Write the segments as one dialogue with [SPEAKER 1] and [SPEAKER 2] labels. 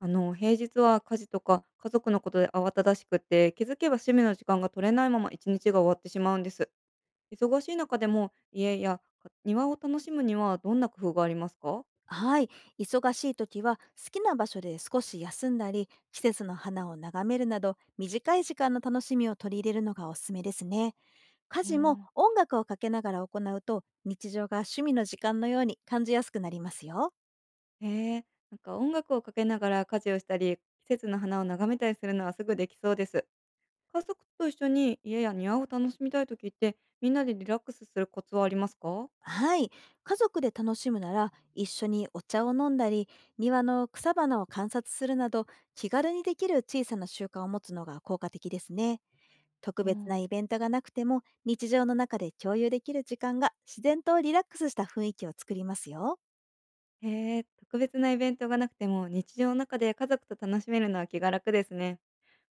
[SPEAKER 1] 平日は家事とか家族のことで慌ただしくて、気づけば趣味の時間が取れないまま一日が終わってしまうんです。忙しい中でも家やか庭を楽しむにはどんな工夫がありますか？
[SPEAKER 2] はい。忙しい時は好きな場所で少し休んだり、季節の花を眺めるなど、短い時間の楽しみを取り入れるのがおすすめですね。家
[SPEAKER 1] う
[SPEAKER 2] 事も
[SPEAKER 1] ん。
[SPEAKER 2] 音楽をかけながら行うと、日常が趣味の時間のように感じやすくなりますよ。
[SPEAKER 1] へえ、なんか音楽をかけながら家事をしたり、季節の花を眺めたりするのはすぐできそうです。家族と一緒に家や庭を楽しみたいときって、みんなでリラックスするコツはありますか？
[SPEAKER 2] はい。家族で楽しむなら、一緒にお茶を飲んだり、庭の草花を観察するなど、気軽にできる小さな習慣を持つのが効果的ですね。特
[SPEAKER 1] う
[SPEAKER 2] 別な
[SPEAKER 1] ん。
[SPEAKER 2] イベントがなくても、日常の中で共有できる時間が自然とリラックスした雰囲気を作りますよ。
[SPEAKER 1] へえ、特別なイベントがなくても日常の中で家族と楽しめるのは気が楽ですね。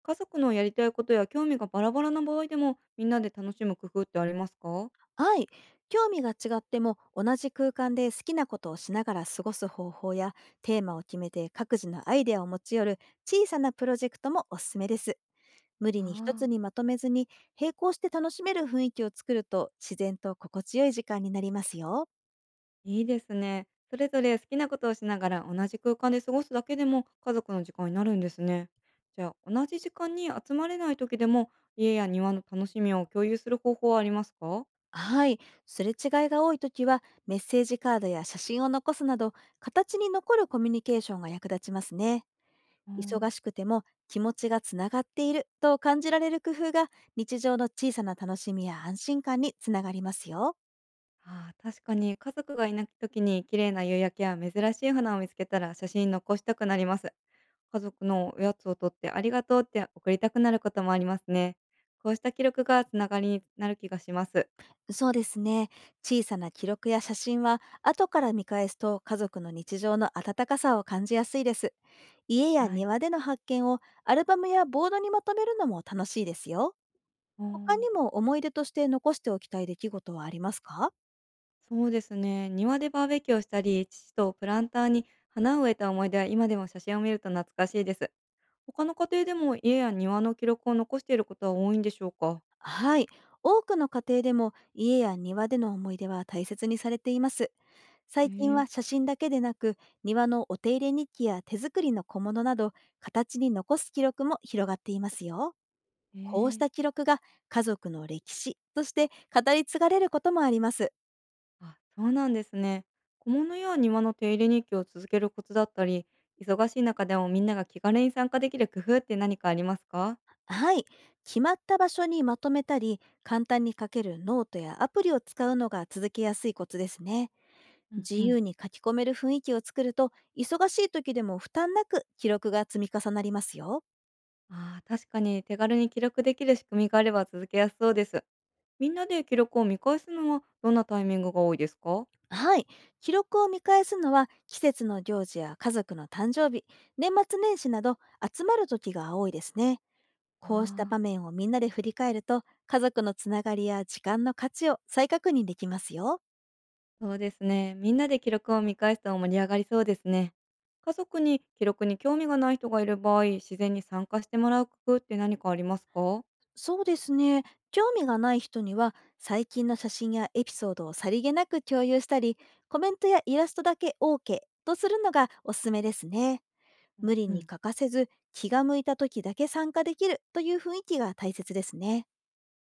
[SPEAKER 1] 家族のやりたいことや興味がバラバラな場合でも、みんなで楽しむ工夫ってありますか？
[SPEAKER 2] はい。興味が違っても同じ空間で好きなことをしながら過ごす方法や、テーマを決めて各自のアイデアを持ち寄る小さなプロジェクトもおすすめです。無理に一
[SPEAKER 1] あ
[SPEAKER 2] つに
[SPEAKER 1] あ、
[SPEAKER 2] まとめずに、並行して楽しめる雰囲気を作ると、自然と心地よい時間になりますよ。
[SPEAKER 1] いいですね。それぞれ好きなことをしながら同じ空間で過ごすだけでも家族の時間になるんですね。じゃあ同じ時間に集まれない時でも家や庭の楽しみを共有する方法はありますか？
[SPEAKER 2] はい。すれ違いが多いときは、メッセージカードや写真を残すなど、形に残るコミュニケーションが役立ちますね。
[SPEAKER 1] う
[SPEAKER 2] 忙
[SPEAKER 1] ん。
[SPEAKER 2] しくても、気持ちがつながっていると感じられる工夫が、日常の小さな楽しみや安心感につながりますよ。
[SPEAKER 1] ああ、確かに家族がいない時に綺麗な夕焼けや珍しい花を見つけたら写真に残したくなります。家族のおやつを取ってありがとうって送りたくなることもありますね。こうした記録がつながりになる気がします。
[SPEAKER 2] そうですね。小さな記録や写真は、後から見返すと家族の日常の温かさを感じやすいです。家や
[SPEAKER 1] はい。
[SPEAKER 2] 庭での発見をアルバムやボードにまとめるのも楽しいですよ。
[SPEAKER 1] お
[SPEAKER 2] 他
[SPEAKER 1] ー、
[SPEAKER 2] にも思い出として残しておきたい出来事はありますか？
[SPEAKER 1] そうですね。庭でバーベキューをしたり、父とプランターに花を植えた思い出は今でも写真を見ると懐かしいです。他の家庭でも家や庭の記録を残していることは多いんでしょうか？
[SPEAKER 2] はい。多くの家庭でも家や庭での思い出は大切にされています。
[SPEAKER 1] え
[SPEAKER 2] 最近
[SPEAKER 1] ー。
[SPEAKER 2] は写真だけでなく、庭のお手入れ日記や手作りの小物など、形に残す記録も広がっていますよ。
[SPEAKER 1] え
[SPEAKER 2] こうし
[SPEAKER 1] ー。
[SPEAKER 2] た記録が家族の歴史として語り継がれることもあります。
[SPEAKER 1] あ、そうなんですね。小物や庭の手入れ日記を続けるコツだったり、忙しい中でもみんなが気軽に参加できる工夫って何かありますか？
[SPEAKER 2] はい。決まった場所にまとめたり、簡単に書けるノートやアプリを使うのが続けやすいコツですね。
[SPEAKER 1] うん
[SPEAKER 2] 自
[SPEAKER 1] うん。
[SPEAKER 2] 由に書き込める雰囲気を作ると、忙しい時でも負担なく記録が積み重なりますよ。
[SPEAKER 1] ああ、確かに手軽に記録できる仕組みがあれば続けやすそうです。みんなで記録を見返すのはどんなタイミングが多いですか？
[SPEAKER 2] はい。記録を見返すのは、季節の行事や家族の誕生日、年末年始など集まる時が多いですね。こうした場
[SPEAKER 1] ああ、
[SPEAKER 2] 面をみんなで振り返ると、家族のつながりや時間の価値を再確認できますよ。
[SPEAKER 1] そうですね。みんなで記録を見返すと盛り上がりそうですね。家族に記録に興味がない人がいる場合、自然に参加してもらう工夫って何かありますか？
[SPEAKER 2] そうですね。興味がない人には、最近の写真やエピソードをさりげなく共有したり、コメントやイラストだけ OK とするのがおすすめですね。
[SPEAKER 1] うん
[SPEAKER 2] 無理
[SPEAKER 1] う
[SPEAKER 2] に
[SPEAKER 1] ん。
[SPEAKER 2] 欠かせず、気が向いた時だけ参加できるという雰囲気が大切ですね。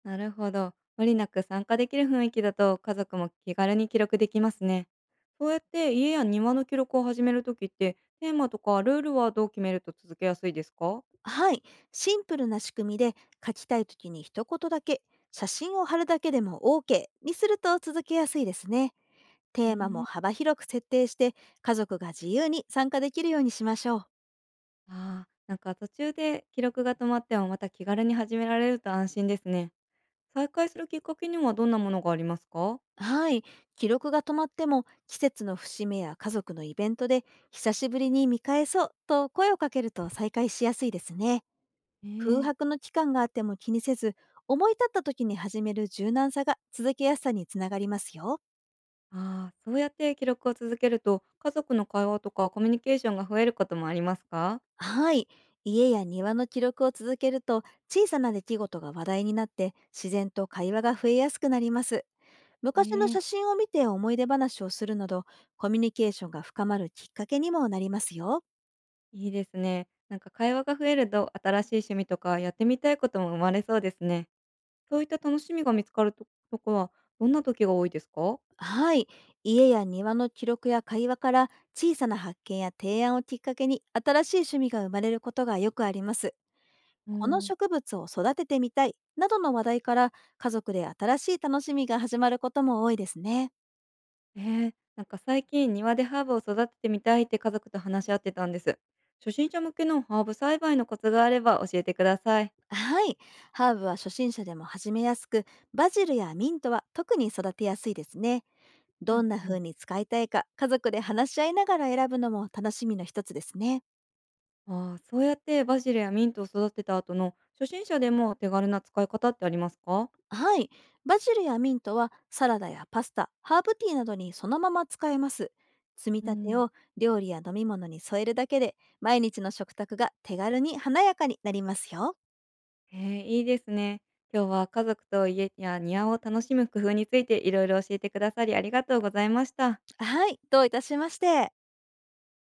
[SPEAKER 1] なるほど。無理なく参加できる雰囲気だと家族も気軽に記録できますね。そうやって家や庭の記録を始めるときってテーマとかルールはどう決めると続けやすいですか？
[SPEAKER 2] はい。シンプルな仕組みで、書きたい時に一言だけ、写真を貼るだけでも OK にすると続けやすいですね。
[SPEAKER 1] うー
[SPEAKER 2] テーマも
[SPEAKER 1] ん。
[SPEAKER 2] 幅広く設定して、家族が自由に参加できるようにしましょう。
[SPEAKER 1] ああ、なんか途中で記録が止まってもまた気軽に始められると安心ですね。再開するきっかけにはどんなものがありますか？
[SPEAKER 2] はい。記録が止まっても、季節の節目や家族のイベントで、久しぶりに見返そうと声をかけると再開しやすいですね。空
[SPEAKER 1] ええ。
[SPEAKER 2] 白の期間があっても気にせず、思い立った時に始める柔軟さが続けやすさにつながりますよ。
[SPEAKER 1] ああー、そうやって記録を続けると家族の会話とかコミュニケーションが増えることもありますか？
[SPEAKER 2] はい。家や庭の記録を続けると、小さな出来事が話題になって、自然と会話が増えやすくなります。昔の
[SPEAKER 1] え
[SPEAKER 2] 写
[SPEAKER 1] え。
[SPEAKER 2] 真を見て思い出話をするなど、コミュニケーションが深まるきっかけにもなりますよ。
[SPEAKER 1] いいですね。なんか会話が増えると、新しい趣味とかやってみたいことも生まれそうですね。そういった楽しみが見つかるととこは、どんな時が多いですか？
[SPEAKER 2] はい。家や庭の記録や会話から、小さな発見や提案をきっかけに新しい趣味が生まれることがよくあります。
[SPEAKER 1] う
[SPEAKER 2] この
[SPEAKER 1] ん。
[SPEAKER 2] 植物を育ててみたいなどの話題から、家族で新しい楽しみが始まることも多いですね。
[SPEAKER 1] えなんか最近庭でハーブを育ててみたいって家族と話し合ってたんです。初心者向けのハーブ栽培のコツがあれば教えてください。
[SPEAKER 2] はい。ハーブは初心者でも始めやすく、バジルやミントは特に育てやすいですね。
[SPEAKER 1] う
[SPEAKER 2] ど
[SPEAKER 1] ん
[SPEAKER 2] んな
[SPEAKER 1] う
[SPEAKER 2] 風
[SPEAKER 1] ん。
[SPEAKER 2] に使いたいか家族で話し合いながら選ぶのも楽しみの一つですね。
[SPEAKER 1] ああ、そうやってバジルやミントを育てた後の初心者でも手軽な使い方ってありますか？
[SPEAKER 2] はい。バジルやミントはサラダやパスタ、ハーブティーなどにそのまま使えます。積み立てを料理や飲み物に添えるだけで、毎日の食卓が手軽に華やかになりますよ。
[SPEAKER 1] へえ、いいですね。今日は家族と家や庭を楽しむ工夫についていろいろ教えてくださりありがとうございました。
[SPEAKER 2] はい、どういたしまして。